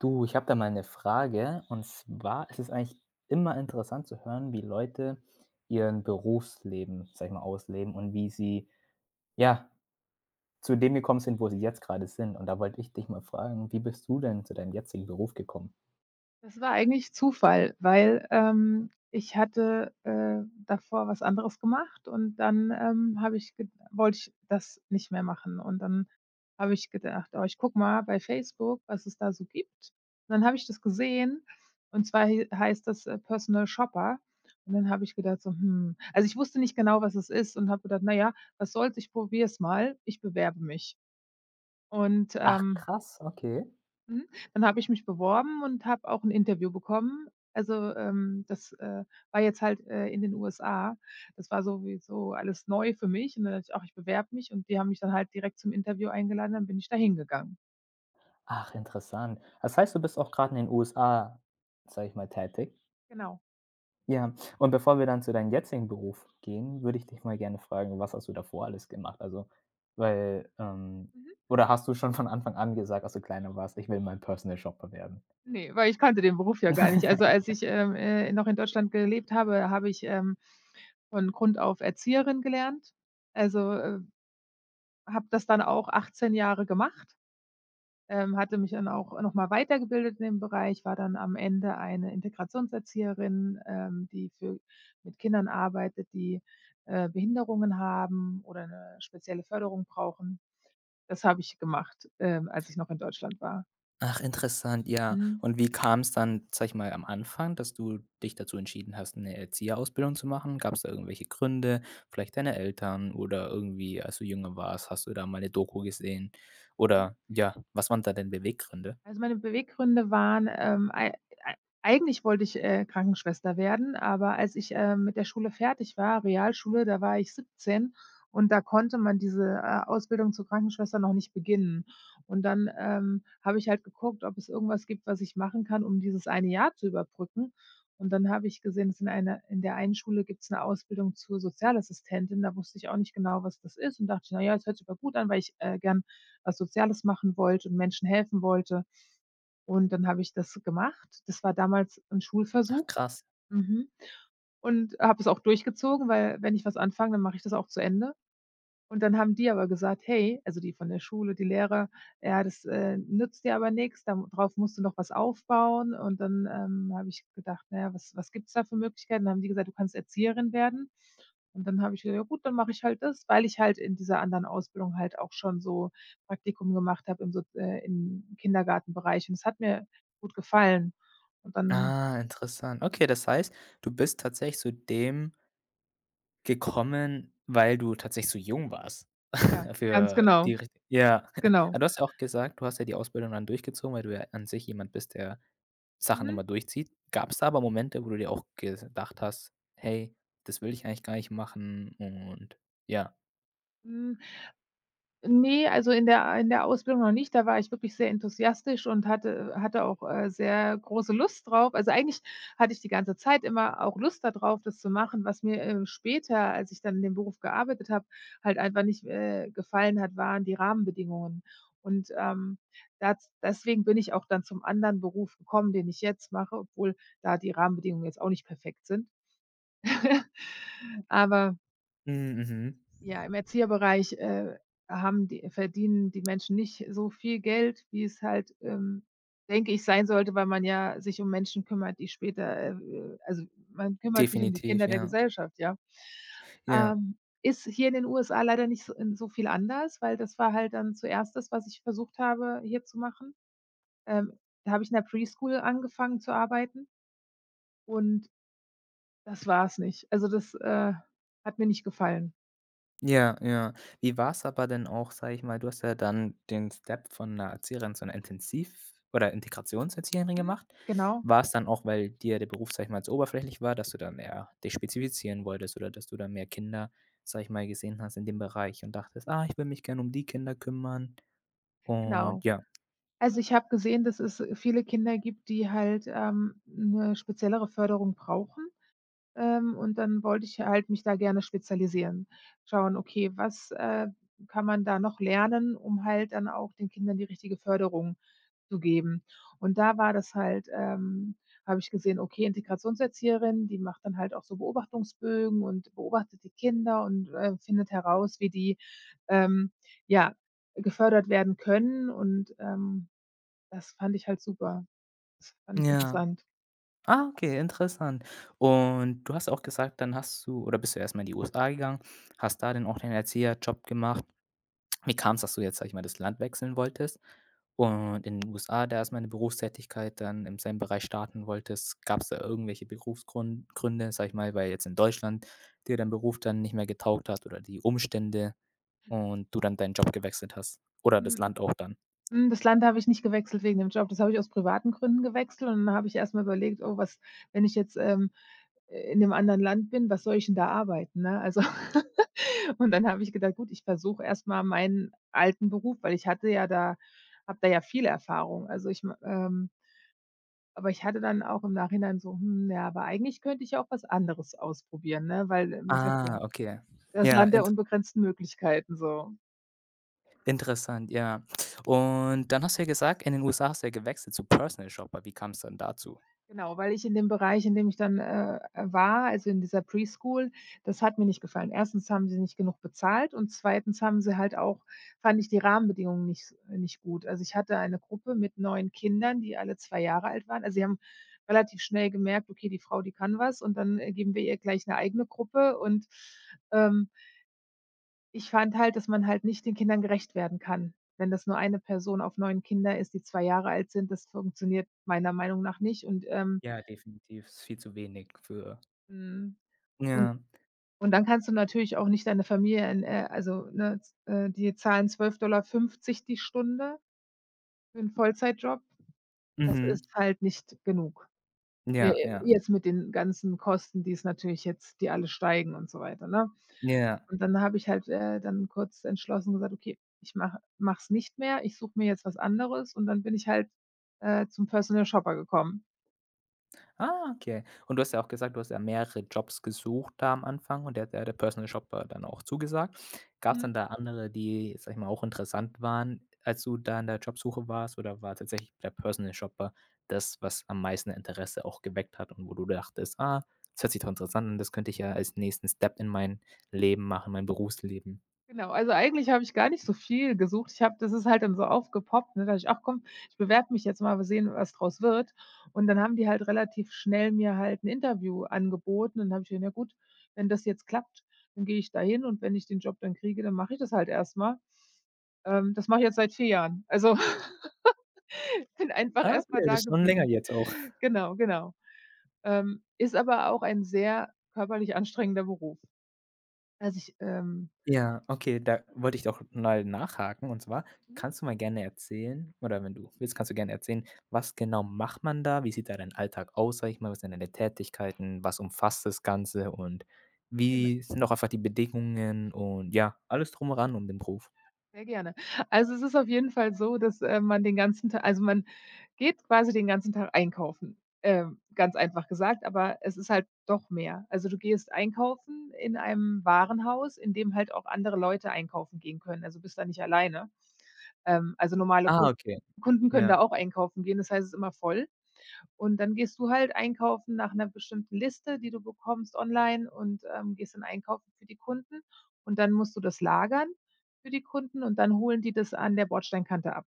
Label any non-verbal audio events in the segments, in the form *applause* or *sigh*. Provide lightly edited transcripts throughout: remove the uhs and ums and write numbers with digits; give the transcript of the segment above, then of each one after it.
Du, ich habe da mal eine Frage. Und zwar ist es eigentlich immer interessant zu hören, wie Leute ihren Berufsleben, sage ich mal, ausleben und wie sie, ja, zu dem gekommen sind, wo sie jetzt gerade sind. Und da wollte ich dich mal fragen, wie bist du denn zu deinem jetzigen Beruf gekommen? Das war eigentlich Zufall, weil, ich hatte, davor was anderes gemacht und dann, habe ich ge wollte ich das nicht mehr machen und dann habe ich gedacht: „Oh, ich guck mal bei Facebook, was es da so gibt." Und dann habe ich das gesehen, und zwar he heißt das, Personal Shopper, und dann habe ich gedacht so: „Hm." Also, ich wusste nicht genau, was es ist, und habe gedacht: „Na ja, was soll's, ich probiere es mal, ich bewerbe mich." Und, Ach ähm krass, okay. Mhm. Dann habe ich mich beworben und habe auch 'n Interview bekommen. Also, das, war jetzt halt, in den USA. Das war sowieso alles neu für mich, und dann dachte ich: „Ach, ich bewerbe mich", und die haben mich dann halt direkt zum Interview eingeladen, dann bin ich da hingegangen. Ach, interessant. Das heißt, du bist auch gerade in den USA, sage ich mal, tätig? Genau. Ja, und bevor wir dann zu deinem jetzigen Beruf gehen, würde ich dich mal gerne fragen, was hast du davor alles gemacht? Also, weil, ähm Mhm. oder hast du schon von Anfang an gesagt, als du kleiner warst: „Ich will mein Personal Shopper werden?“ Ne, weil ich kannte den Beruf ja gar nicht. Also, als *laughs* ich, noch in Deutschland gelebt habe, habe ich, von Grund auf Erzieherin gelernt. Also, habe das dann auch 18 Jahre gemacht. Hatte mich dann auch nochmal weitergebildet in dem Bereich, war dann am Ende eine Integrationserzieherin, die für mit Kindern arbeitet, die, Behinderungen haben oder eine spezielle Förderung brauchen. Das habe ich gemacht, als ich noch in Deutschland war. Ach, interessant, ja. Mhm. Und wie kam es dann, sage ich mal, am Anfang, dass du dich dazu entschieden hast, 'ne Erzieherausbildung zu machen? Gab es da irgendwelche Gründe? Vielleicht deine Eltern oder irgendwie, als du jünger warst, hast du da mal eine Doku gesehen? Oder ja, was waren da denn Beweggründe? Also, meine Beweggründe waren, ei ei eigentlich wollte ich, Krankenschwester werden, aber als ich, mit der Schule fertig war, Realschule, da war ich 17, und da konnte man diese, Ausbildung zur Krankenschwester noch nicht beginnen. Und dann, habe ich halt geguckt, ob es irgendwas gibt, was ich machen kann, um dieses eine Jahr zu überbrücken. Und dann habe ich gesehen, dass in der einen Schule gibt es eine Ausbildung zur Sozialassistentin. Da wusste ich auch nicht genau, was das ist, und dachte ich: „Na ja, das hört sich aber gut an", weil ich, gern was Soziales machen wollte und Menschen helfen wollte. Und dann habe ich das gemacht. Das war damals 'n Ach Schulversuch. krass. Mhm. Und habe es auch durchgezogen, weil wenn ich was anfange, dann mache ich das auch zu Ende. Und dann haben die aber gesagt: „Hey", also die von der Schule, die Lehrer: „Ja, das, nützt dir aber nix, da drauf musst du noch was aufbauen." Und dann, habe ich gedacht: „Na ja, was gibt's da für Möglichkeiten?" Dann haben die gesagt: „Du kannst Erzieherin werden." Und dann habe ich gesagt: „Ja gut, dann mache ich halt das", weil ich halt in dieser anderen Ausbildung halt auch schon so Praktikum gemacht habe im Kindergartenbereich. Und das hat mir gut gefallen. Und dann Ah, interessant. Okay, das heißt, du bist tatsächlich zu dem gekommen, weil du tatsächlich so jung warst ja, *laughs* ganz für die genau, richt, ja. *laughs* genau. Aber du hast ja auch gesagt, du hast ja die Ausbildung dann durchgezogen, weil du ja an sich jemand bist, der Sachen Mhm. immer durchzieht. Gab's da aber Momente, wo du dir auch gedacht hast: „Hey, das will ich eigentlich gar nicht machen“ und ja. Mhm. Ne, also in der Ausbildung noch nicht. Da war ich wirklich sehr enthusiastisch und hatte auch, sehr große Lust drauf. Also, eigentlich hatte ich die ganze Zeit immer auch Lust da drauf, das zu machen, was mir, später, als ich dann in dem Beruf gearbeitet habe, halt einfach nicht, gefallen hat, waren die Rahmenbedingungen. Und, daz deswegen bin ich auch dann zum anderen Beruf gekommen, den ich jetzt mache, obwohl da die Rahmenbedingungen jetzt auch nicht perfekt sind. *laughs* Aber Mhm, mhm. ja, im Erzieherbereich, haben die verdienen die Menschen nicht so viel Geld, wie es halt, denke ich, sein sollte, weil man ja sich um Menschen kümmert, die später, also man kümmert sich um die Definitiv, Kinder der ja. Gesellschaft, ja. Ja. Ähm, ist hier in den USA leider nicht so viel anders, weil das war halt dann zuerst das, was ich versucht habe, hier zu machen. Ähm, da habe ich in der Preschool angefangen zu arbeiten, und das war es nicht. Also, das, hat mir nicht gefallen. Ja, ja. Wie war's aber denn auch, sage ich mal, du hast ja dann den Step von 'ner Erzieherin zu 'ner Intensiv oder Integrationserzieherin Mhm, gemacht. genau, War's dann auch, weil dir der Beruf, sage ich mal, zu oberflächlich war, dass du da mehr dich spezifizieren wolltest oder dass du da mehr Kinder, sage ich mal, gesehen hast in dem Bereich und dachtest: „Ah, ich will mich gerne um die Kinder kümmern.“ Und genau. ja. Also, ich habe gesehen, dass es viele Kinder gibt, die halt, 'ne speziellere Förderung brauchen, und dann wollte ich halt mich da gerne spezialisieren. Schauen, okay, was, kann man da noch lernen, um halt dann auch den Kindern die richtige Förderung zu geben. Und da war das halt habe ich gesehen, okay, Integrationserzieherin, die macht dann halt auch so Beobachtungsbögen und beobachtet die Kinder und, findet heraus, wie die, ähm, ja, gefördert werden können, und, das fand ich halt super. Das fand ich Ja. interessant. Ah, okay, interessant. Und du hast auch gesagt, dann hast du oder bist du erstmal in die USA gegangen, hast da dann auch deinen Erzieherjob gemacht. Wie kam es, dass du jetzt, sage ich mal, das Land wechseln wolltest und in den USA da erst mal 'ne Berufstätigkeit dann im selben Bereich starten wolltest? Gab es da irgendwelche Berufsgründe, Gründe, sage ich mal, weil jetzt in Deutschland dir dein Beruf dann nicht mehr getaugt hat oder die Umstände und du dann deinen Job gewechselt hast oder das Hm, Land auch dann? hm, das Land habe ich nicht gewechselt wegen dem Job. Das habe ich aus privaten Gründen gewechselt, und dann habe ich erst mal überlegt: „Oh, was, wenn ich jetzt, in 'nem anderen Land bin, was soll ich denn da arbeiten", ne? Also *laughs* und dann habe ich gedacht: „Gut, ich versuche erst mal meinen alten Beruf", weil ich hatte ja da, habe da ja viel Erfahrung. Also, ich m aber ich hatte dann auch im Nachhinein so: „Hm, ja, aber eigentlich könnte ich auch was anderes ausprobieren", ne, weil man sagt Ah, ja, okay. das Ja, Land der unbegrenzten Möglichkeiten so. interessant, ja. Und dann hast du ja gesagt, in den USA hast du ja gewechselt zu Personal Shopper. Wie kam's dann dazu? Genau, weil ich in dem Bereich, in dem ich dann, war, also in dieser Preschool, das hat mir nicht gefallen. Erstens haben sie nicht genug bezahlt, und zweitens haben sie halt auch, fand ich die Rahmenbedingungen nicht gut. Also, ich hatte eine Gruppe mit 9 Kindern, die alle 2 Jahre alt waren. Also, sie haben relativ schnell gemerkt: „Okay, die Frau, die kann was", und dann, geben wir ihr gleich eine eigene Gruppe, und, ähm, ich fand halt, dass man halt nicht den Kindern gerecht werden kann. Wenn das nur eine Person auf 9 Kinder ist, die 2 Jahre alt sind, das funktioniert meiner Meinung nach nicht, und, Ja, definitiv, ist viel zu wenig für, hm, Und ja. und dann kannst du natürlich auch nicht deine Familie in also, ne, z die zahlen 12,50 die Stunde für 'n Vollzeitjob. Das Mhm. ist halt nicht genug. Äh, Ja, ja. jetzt mit den ganzen Kosten, die es natürlich jetzt die alle steigen und so weiter, ne? Ja. Und dann habe ich halt, dann kurz entschlossen gesagt: „Okay, ich mache es nicht mehr. Ich suche mir jetzt was anderes." Und dann bin ich halt, zum Personal Shopper gekommen. Ah, okay. Und du hast ja auch gesagt, du hast ja mehrere Jobs gesucht da am Anfang und der hat ja der Personal Shopper dann auch zugesagt. Gab's Mhm. dann da andere, die, sag ich mal, auch interessant waren, als du da in der Jobsuche warst? Oder war tatsächlich der Personal Shopper das, was am meisten Interesse auch geweckt hat und wo du dachtest: „Ah, das hört sich doch interessant an, das könnte ich ja als nächsten Step in mein Leben machen, mein Berufsleben?“ Genau, also eigentlich habe ich gar nicht so viel gesucht. Ich habe das ist halt dann so aufgepoppt, ne, da ich: „Ach komm, ich bewerbe mich jetzt mal, mal sehen, was draus wird." Und dann haben die halt relativ schnell mir halt 'n Interview angeboten, und dann habe ich gedacht: „Ja gut, wenn das jetzt klappt, dann gehe ich da hin, und wenn ich den Job dann kriege, dann mache ich das halt erst mal." Das mache ich jetzt seit 4 Jahren. Also, *laughs* ich bin einfach Ah, erst okay, mal das da ist schon länger geblieben. jetzt auch. Genau, genau. Ist aber auch ein sehr körperlich anstrengender Beruf. Also ich, Ja, okay, da wollte ich doch mal nachhaken. Und zwar, mhm, kannst du mal gerne erzählen oder wenn du willst, kannst du gerne erzählen, was genau macht man da? Wie sieht da dein Alltag aus, sage ich mal? Was sind deine Tätigkeiten? Was umfasst das Ganze? Und genau. wie sind auch einfach die Bedingungen und ja, alles drum und dran um den Beruf? Sehr gerne. Also, es ist auf jeden Fall so, dass, man den ganzen Tag also, man geht quasi den ganzen Tag einkaufen, ganz einfach gesagt, aber es ist halt doch mehr. Also, du gehst einkaufen in einem Warenhaus, in dem halt auch andere Leute einkaufen gehen können. Also, bist da nicht alleine. Also, normale Ah, Kun okay. Kunden können Ja. da auch einkaufen gehen, das heißt, es ist immer voll. Und dann gehst du halt einkaufen nach einer bestimmten Liste, die du bekommst online, und, gehst dann einkaufen für die Kunden, und dann musst du das lagern für die Kunden, und dann holen die das an der Bordsteinkante ab.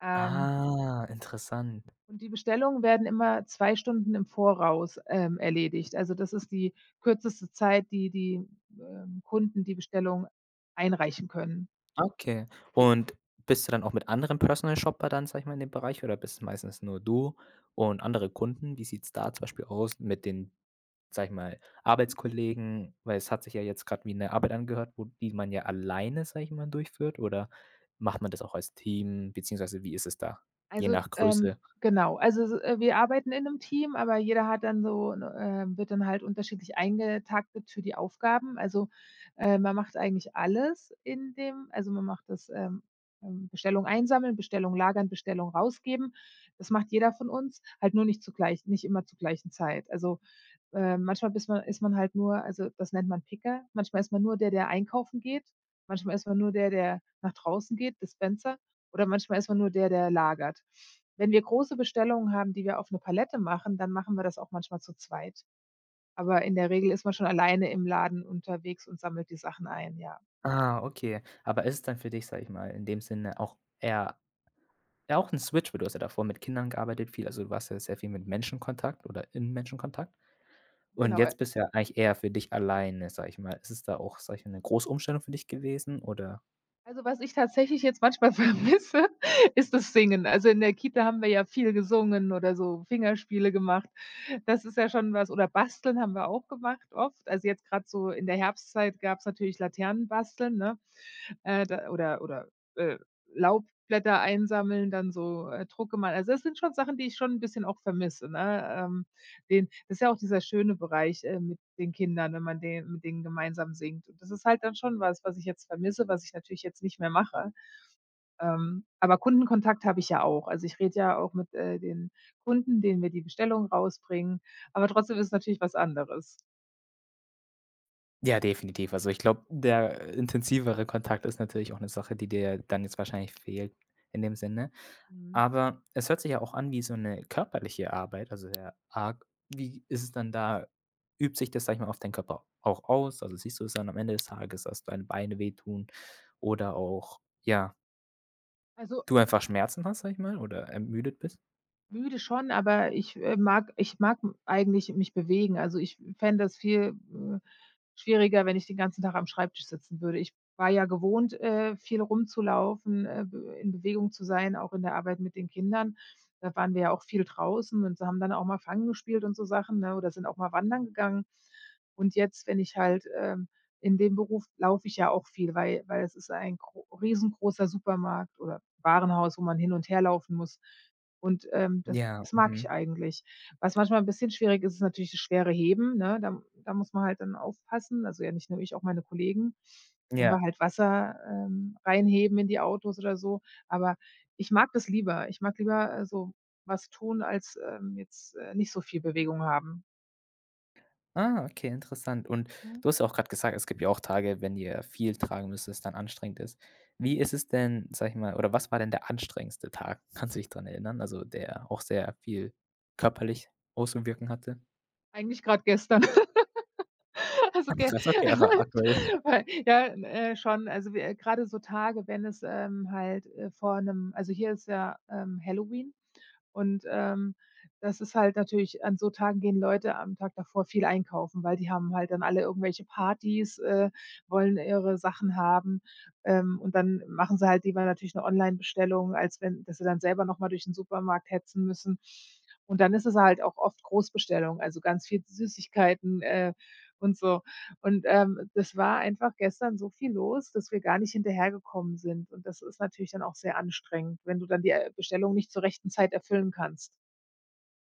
Ähm, Ah, interessant. und die Bestellungen werden immer 2 Stunden im Voraus, erledigt. Also, das ist die kürzeste Zeit, die Kunden die Bestellung einreichen können. Okay. Die Und bist du dann auch mit anderen Personal Shopper dann, sage ich mal, in dem Bereich oder bist es meistens nur du und andere Kunden? Wie sieht's da zum Beispiel aus mit den, sage ich mal, Arbeitskollegen, weil es hat sich ja jetzt gerade wie eine Arbeit angehört, wo die man ja alleine, sage ich mal, durchführt oder macht man das auch als Team, beziehungsweise wie ist es da? Je Also, nach Größe. genau. Also, s wir arbeiten in 'nem Team, aber jeder hat dann so wird dann halt unterschiedlich eingetaktet für die Aufgaben. Also, man macht eigentlich alles in dem also, man macht das, Bestellung einsammeln, Bestellung lagern, Bestellung rausgeben. Das macht jeder von uns, halt nur nicht zugleich, nicht immer zur gleichen Zeit. Also, manchmal bist man ist man halt nur, also, das nennt man Picker. Manchmal ist man nur der, der einkaufen geht. Manchmal ist man nur der, der nach draußen geht, Dispenser. Oder manchmal ist man nur der, der lagert. Wenn wir große Bestellungen haben, die wir auf 'ne Palette machen, dann machen wir das auch manchmal zu zweit. Aber in der Regel ist man schon alleine im Laden unterwegs und sammelt die Sachen ein, ja. Ah, okay. Aber ist es dann für dich, sage ich mal, in dem Sinne auch eher, ja, auch ein Switch, weil du hast ja davor mit Kindern gearbeitet viel, also, du warst ja sehr viel mit Menschenkontakt oder in Menschenkontakt und Genau, jetzt bist du ja eigentlich eher für dich alleine, sage ich mal. Ist es da auch, sage ich mal, eine große Umstellung für dich gewesen oder? also, was ich tatsächlich jetzt manchmal *laughs* vermisse, ist das Singen. Also, in der Kita haben wir ja viel gesungen oder so Fingerspiele gemacht. Das ist ja schon was, oder basteln haben wir auch gemacht oft. Also, jetzt gerade so in der Herbstzeit gab's natürlich Laternenbasteln, ne? Da oder, äh, Laubblätter einsammeln, dann so, Drucke mal. Also, das sind schon Sachen, die ich schon ein bisschen auch vermisse, ne? Den das ist ja auch dieser schöne Bereich, mit den Kindern, wenn man den mit denen gemeinsam singt. Und das ist halt dann schon was, was ich jetzt vermisse, was ich natürlich jetzt nicht mehr mache. Aber Kundenkontakt habe ich ja auch. Also, ich rede ja auch mit, den Kunden, denen wir die Bestellung rausbringen, aber trotzdem ist es natürlich was anderes. Ja, definitiv. Also, ich glaube, der intensivere Kontakt ist natürlich auch eine Sache, die dir dann jetzt wahrscheinlich fehlt in dem Sinne. Mhm. Aber es hört sich ja auch an wie so eine körperliche Arbeit, also sehr arg. Wie ist es dann da, übt sich das, sag ich mal, auf deinen Körper auch aus? Also, siehst du es dann am Ende des Tages, dass deine Beine wehtun oder auch, ja, Also, du einfach Schmerzen hast, sag ich mal, oder ermüdet bist? müde schon, aber ich, mag ich mag m eigentlich mich bewegen. Also, ich fände das viel, schwieriger, wenn ich den ganzen Tag am Schreibtisch sitzen würde. Ich war ja gewohnt, viel rumzulaufen, be in Bewegung zu sein, auch in der Arbeit mit den Kindern. Da waren wir ja auch viel draußen und haben dann auch mal Fangen gespielt und so Sachen, ne, oder sind auch mal wandern gegangen. Und jetzt, wenn ich halt, in dem Beruf laufe ich ja auch viel, weil es ist ein gro riesengroßer Supermarkt oder Warenhaus, wo man hin und her laufen muss. Und, das Ja, das mag ich mhm. eigentlich. Was manchmal ein bisschen schwierig ist, ist natürlich das schwere Heben, ne? Da muss man halt dann aufpassen. Also, ja, nicht nur ich, auch meine Kollegen, wenn wir Ja. halt Wasser, reinheben in die Autos oder so. Aber ich mag das lieber. Ich mag lieber, so was tun, als, jetzt, nicht so viel Bewegung haben. Ah, okay, interessant. Und Mhm. du hast ja auch gerade gesagt, es gibt ja auch Tage, wenn ihr viel tragen müsst, dass es dann anstrengend ist. Wie ist es denn, sage ich mal, oder was war denn der anstrengendste Tag? *laughs* Kannst du dich dran erinnern? Also, der auch sehr viel körperlich Auswirkungen hatte? Eigentlich gerade gestern. *laughs* Also, ge Krass, okay, aber aktuell. *laughs* *laughs* Weil ja, schon, also, wir grade so Tage, wenn es, halt, vor einem also, hier ist ja, Halloween. Und, das ist halt natürlich an so Tagen gehen Leute am Tag davor viel einkaufen, weil die haben halt dann alle irgendwelche Partys, wollen ihre Sachen haben, und dann machen sie halt lieber natürlich eine Online-Bestellung, als wenn dass sie dann selber noch mal durch den Supermarkt hetzen müssen. Und dann ist es halt auch oft Großbestellung, also ganz viel Süßigkeiten, und so. Und, das war einfach gestern so viel los, dass wir gar nicht hinterhergekommen sind. Und das ist natürlich dann auch sehr anstrengend, wenn du dann die, Bestellung nicht zur rechten Zeit erfüllen kannst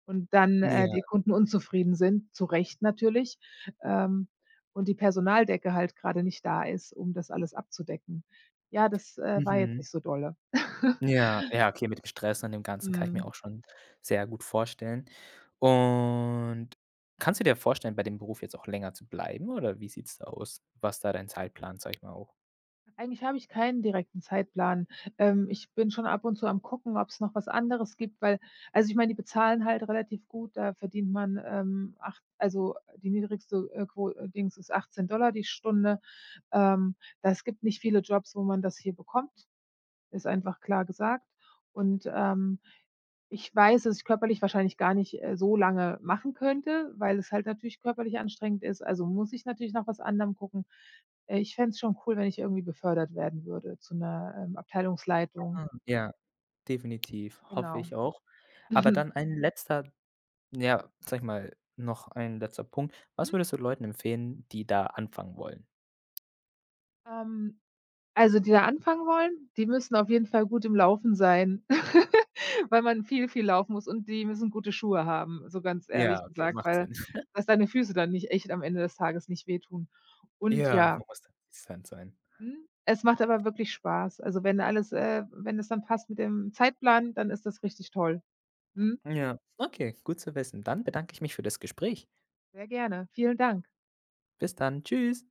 und dann, Ja, die Kunden unzufrieden sind, zu Recht natürlich, ähm, und die Personaldecke halt gerade nicht da ist, um das alles abzudecken. Ja, das, war jetzt mhm. nicht so dolle. *laughs* Ja, ja, okay, mit dem Stress und dem Ganzen kann ich mir Mhm. auch schon sehr gut vorstellen. Und kannst du dir vorstellen, bei dem Beruf jetzt auch länger zu bleiben oder wie sieht's da aus? Was da dein Zeitplan, sage ich mal, auch? Eigentlich habe ich keinen direkten Zeitplan. Ich bin schon ab und zu am Gucken, ob es noch was anderes gibt, weil also, ich meine, die bezahlen halt relativ gut, da verdient man, acht also, die niedrigste, Quo Dings ist 18 Dollar die Stunde. Ähm, Das gibt nicht viele Jobs, wo man das hier bekommt, ist einfach klar gesagt und, ich weiß, dass ich körperlich wahrscheinlich gar nicht, so lange machen könnte, weil es halt natürlich körperlich anstrengend ist. Also, muss ich natürlich nach was anderem gucken. Ich fände es schon cool, wenn ich irgendwie befördert werden würde zu 'ner, Abteilungsleitung. Ah, ja. Definitiv, hoffe Genau. ich auch. Aber *laughs* Mhm. dann ein letzter, ja, sage ich mal, noch ein letzter Punkt. Was Mhm. würdest du Leuten empfehlen, die da anfangen wollen? Ähm, also, die da anfangen wollen, die müssen auf jeden Fall gut im Laufen sein, *laughs* weil man viel, viel laufen muss und die müssen gute Schuhe haben, so ganz Ja, ehrlich okay, gesagt, macht weil Sinn. *laughs* dass deine Füße dann nicht echt am Ende des Tages nicht wehtun. Und Ja, man ja, muss da konsistent sein. mhm. Es macht aber wirklich Spaß. Also, wenn alles wenn es dann passt mit dem Zeitplan, dann ist das richtig toll. Mhm. Ja, okay, gut zu wissen. Dann bedanke ich mich für das Gespräch. Sehr gerne. Vielen Dank. Bis dann. Tschüss.